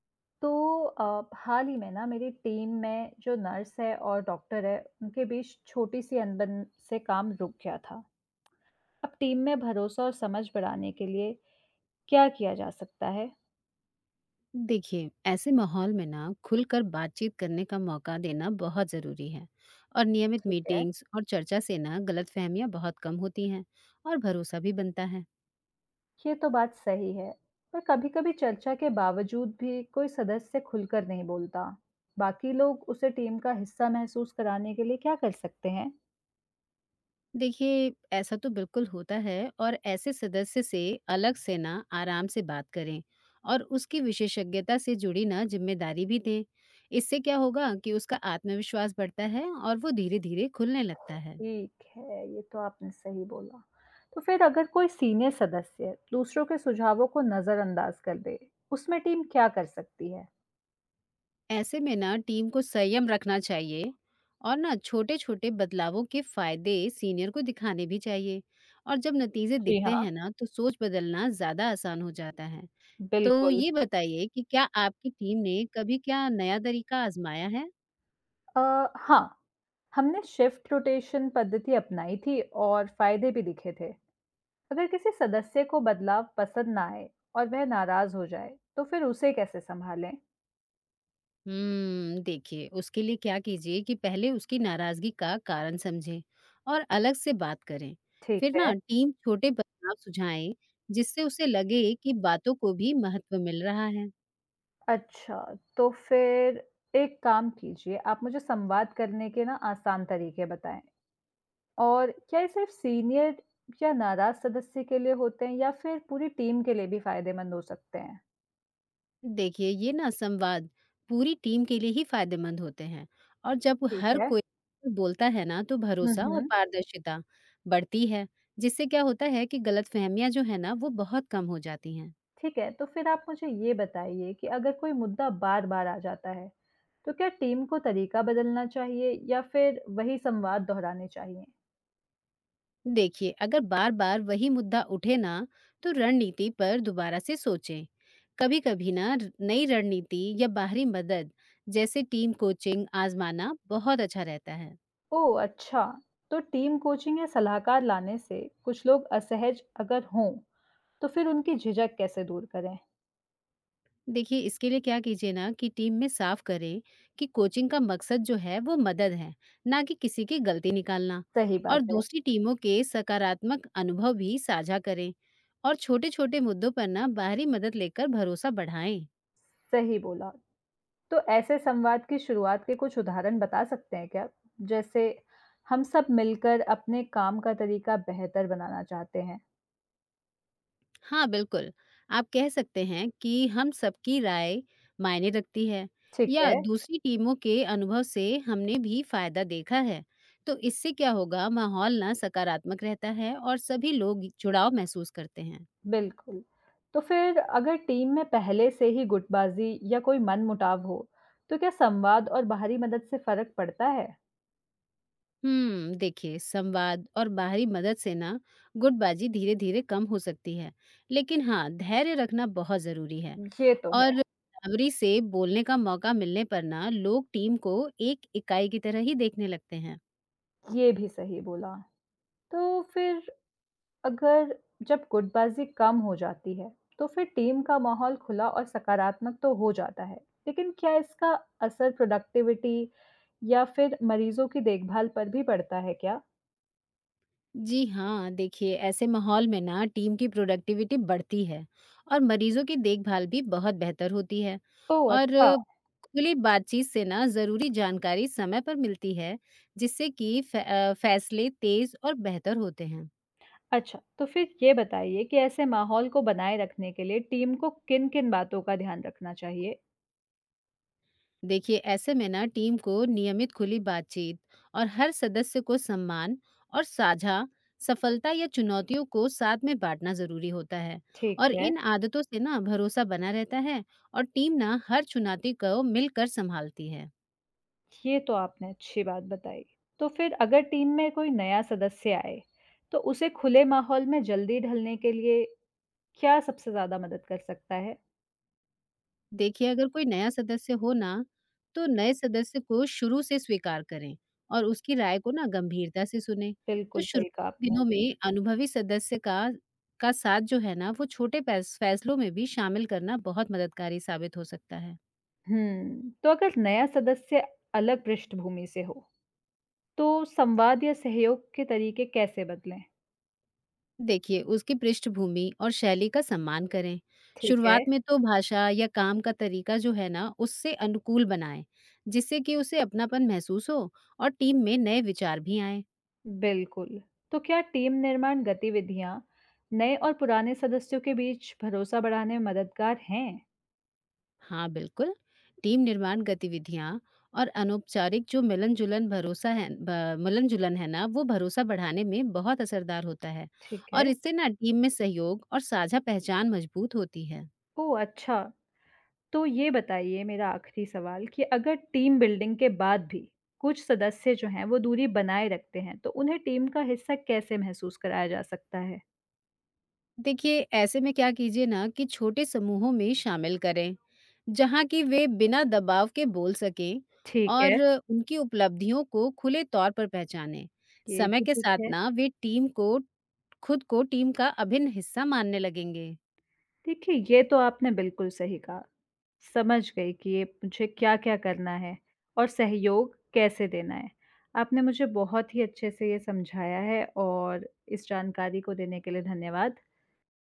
तो हाल ही में ना मेरी टीम में जो नर्स है और डॉक्टर है उनके बीच छोटी सी अनबन से काम रुक गया था। अब टीम में भरोसा और समझ बढ़ाने के लिए क्या किया जा सकता है। देखिए ऐसे माहौल में ना खुलकर बातचीत करने का मौका देना बहुत ज़रूरी है। और नियमित ठीक है। मीटिंग्स और चर्चा से ना गलतफहमियां बहुत कम होती हैं और भरोसा भी बनता है। ये तो बात सही है। पर कभी-कभी चर्चा के बावजूद भी कोई सदस्य खुलकर नहीं बोलता। बाकी लोग उसे टीम का हिस्सा महसूस कराने के लिए क्या कर सकते हैं। देखिए ऐसा तो बिल्कुल होता है। और ऐसे सदस्य से अलग से ना आराम से बात करें और उसकी विशेषज्ञता से जुड़ी ना जिम्मेदारी भी दें। इससे क्या होगा कि उसका आत्मविश्वास बढ़ता है और वो धीरे धीरे खुलने लगता है। ठीक है, ये तो आपने सही बोला। तो फिर अगर कोई सीनियर सदस्य दूसरों के सुझावों को नज़रअंदाज कर दे, उसमें टीम क्या कर सकती है? ऐसे में ना टीम को संयम रखना चाहिए और ना छोटे छोटे बदलावों के फायदे सीनियर को दिखाने भी चाहिए। और जब नतीजे जी दिखते हाँ, हैं ना तो सोच बदलना ज्यादा आसान हो जाता है। तो बिल्कुल। ये बताइए कि क्या आपकी टीम ने कभी क्या नया तरीका आजमाया है। अ, हाँ, हमने शिफ्ट रोटेशन पद्धति अपनाई थी और फायदे भी दिखे थे। अगर किसी सदस्य को बदलाव पसंद ना आए और वह नाराज हो जाए, तो फिर उसे कैसे संभालें? हम्म, देखिए उसके लिए क्या कीजिए कि पहले उसकी नाराजगी का कारण समझें और अलग से बात करें। ठीक फिर है। ना टीम छोटे बदलाव सुझाएं जिससे उसे लगे कि बातों को भी महत्व मिल रहा है। अच्छा, तो फिर एक काम कीजिए, आप मुझे संवाद करने के ना आसान तरीके बताएं। और क्या ये सिर्फ सीनियर या नाराज़ सदस्य के लिए होते हैं या फिर पूरी टीम के लिए भी फ़ायदेमंद हो सकते हैं? देखिए ये ना संवाद पूरी टीम के लिए ही फायदेमंद होते हैं। और जब ठीक हर है। कोई बोलता है ना तो भरोसा और हम्म। पारदर्शिता बढ़ती है। जिससे क्या होता है कि गलतफहमियां जो है ना वो बहुत कम हो जाती हैं। ठीक है, तो फिर आप मुझे ये बताइए कि अगर कोई मुद्दा बार-बार आ जाता है, तो क्या टीम को तरीका बदलना चाहिए या फिर वही संवाद दोहराने चाहिए? देखिए अगर बार बार वही मुद्दा उठे ना तो रणनीति पर दोबारा से सोचें। कभी कभी ना नई रणनीति या बाहरी मदद जैसे टीम कोचिंग आजमाना बहुत अच्छा रहता है। ओह अच्छा, तो टीम कोचिंग या सलाहकार लाने से कुछ लोग असहज अगर हों, तो फिर उनकी झिझक कैसे दूर करें? देखिए इसके लिए क्या कीजिए ना कि टीम में साफ करें कि कोचिंग का मकसद जो है वो मदद है, ना कि किसी की गलती निकालना। सही और बात है, दूसरी टीमों के सकारात्मक अनुभव भी साझा करें और छोटे छोटे मुद्दों पर ना बाहरी मदद लेकर भरोसा बढ़ाएं। सही बोला। तो ऐसे संवाद की शुरुआत के कुछ उदाहरण बता सकते हैं क्या? जैसे हम सब मिलकर अपने काम का तरीका बेहतर बनाना चाहते हैं। हाँ बिल्कुल। आप कह सकते हैं कि हम सबकी राय मायने रखती है। ठीक या है, दूसरी टीमों के अनुभव से हमने भी फायदा देखा है। तो इससे क्या होगा माहौल ना सकारात्मक रहता है और सभी लोग जुड़ाव महसूस करते हैं। बिल्कुल। तो फिर अगर टीम में पहले से ही गुटबाजी या कोई मनमुटाव हो, तो क्या संवाद और बाहरी मदद से फर्क पड़ता है? हम्म, देखिए संवाद और बाहरी मदद से ना गुटबाजी धीरे धीरे कम हो सकती है। लेकिन हाँ धैर्य रखना बहुत जरूरी है। ये तो और है, बराबरी से बोलने का मौका मिलने पर ना लोग टीम को एक इकाई की तरह ही देखने लगते हैं। ये भी सही बोला। तो फिर अगर जब गुटबाजी कम हो जाती है, तो फिर टीम का माहौल खुला और सकारात्मक तो हो जाता है। लेकिन क्या इसका असर प्रोडक्टिविटी या फिर मरीजों की देखभाल पर भी पड़ता है क्या? जी हाँ, देखिए ऐसे माहौल में ना टीम की प्रोडक्टिविटी बढ़ती है और मरीजों की देखभाल भी बहुत बेहतर होती है। ओह और अच्छा, खुली बातचीत से ना जरूरी जानकारी समय पर मिलती है जिससे कि फैसले तेज और बेहतर होते हैं। अच्छा। तो फिर ये बताइए कि ऐसे माहौल को बनाए रखने के लिए टीम को किन-किन बातों का ध्यान रखना चाहिए? देखिए ऐसे में ना टीम को नियमित खुली बातचीत और हर सदस्य को सम्मान और साझा सफलता या चुनौतियों को साथ में बांटना जरूरी होता है। ठीक और है, इन आदतों से ना भरोसा बना रहता है और टीम ना हर चुनौती को मिलकर संभालती है। ये तो आपने अच्छी बात बताई। तो फिर अगर टीम में कोई नया सदस्य आए, तो उसे खुले माहौल में जल्दी ढलने के लिए क्या सबसे ज़्यादा मदद कर सकता है? देखिए, अगर कोई नया सदस्य हो ना, तो नए सदस्य को शुरू से स्वीकार करें और उसकी राय को ना गंभीरता से सुने। तो बिल्कुल शुरू सही कहा के आपने। दिनों में अनुभवी सदस्य का साथ जो है ना, वो छोटे फैसलों में भी शामिल करना बहुत मददगारी साबित हो सकता है। हुँ, तो अगर नया सदस्य अलग पृष्ठभूमि से हो, तो संवाद या सहयोग के तरीके कैसे बदलें? देखिए, उसकी पृष्ठभूमि और शैली का सम्मान करें। ठीक है, शुरुआत में तो भाषा या काम का तरीका जो है ना, उससे अनुकूल बनाएं, जिससे कि उसे अपनापन महसूस हो और टीम में नए विचार भी आएँ। बिल्कुल। तो क्या टीम निर्माण गतिविधियाँ नए और पुराने सदस्यों के बीच भरोसा बढ़ाने में मददगार हैं? हाँ बिल्कुल। टीम निर्माण गतिविधियाँ और अनौपचारिक जो मिलन जुलन मिलन जुलन है ना वो भरोसा बढ़ाने में बहुत असरदार होता है। ठीक है। और इससे ना टीम में सहयोग और साझा पहचान मजबूत होती है। ओह! अच्छा। तो ये बताइए मेरा आखिरी सवाल कि अगर टीम बिल्डिंग के बाद भी कुछ सदस्य जो हैं वो दूरी बनाए रखते हैं तो उन्हें टीम का हिस्सा कैसे महसूस कराया जा सकता है? देखिए ऐसे में क्या कीजिए ना कि छोटे समूहों में शामिल करें जहाँ कि वे बिना दबाव के बोल सकें। ठीक और है, उनकी उपलब्धियों को खुले तौर पर पहचानें। ये समय भी के ठीक साथ है। ना वे टीम को खुद को टीम का अभिन्न हिस्सा मानने लगेंगे। देखिए ये तो आपने बिल्कुल सही कहा। समझ गई कि ये मुझे क्या-क्या करना है और सहयोग कैसे देना है। आपने मुझे बहुत ही अच्छे से ये समझाया है और इस जानकारी को देने के लिए धन्यवाद।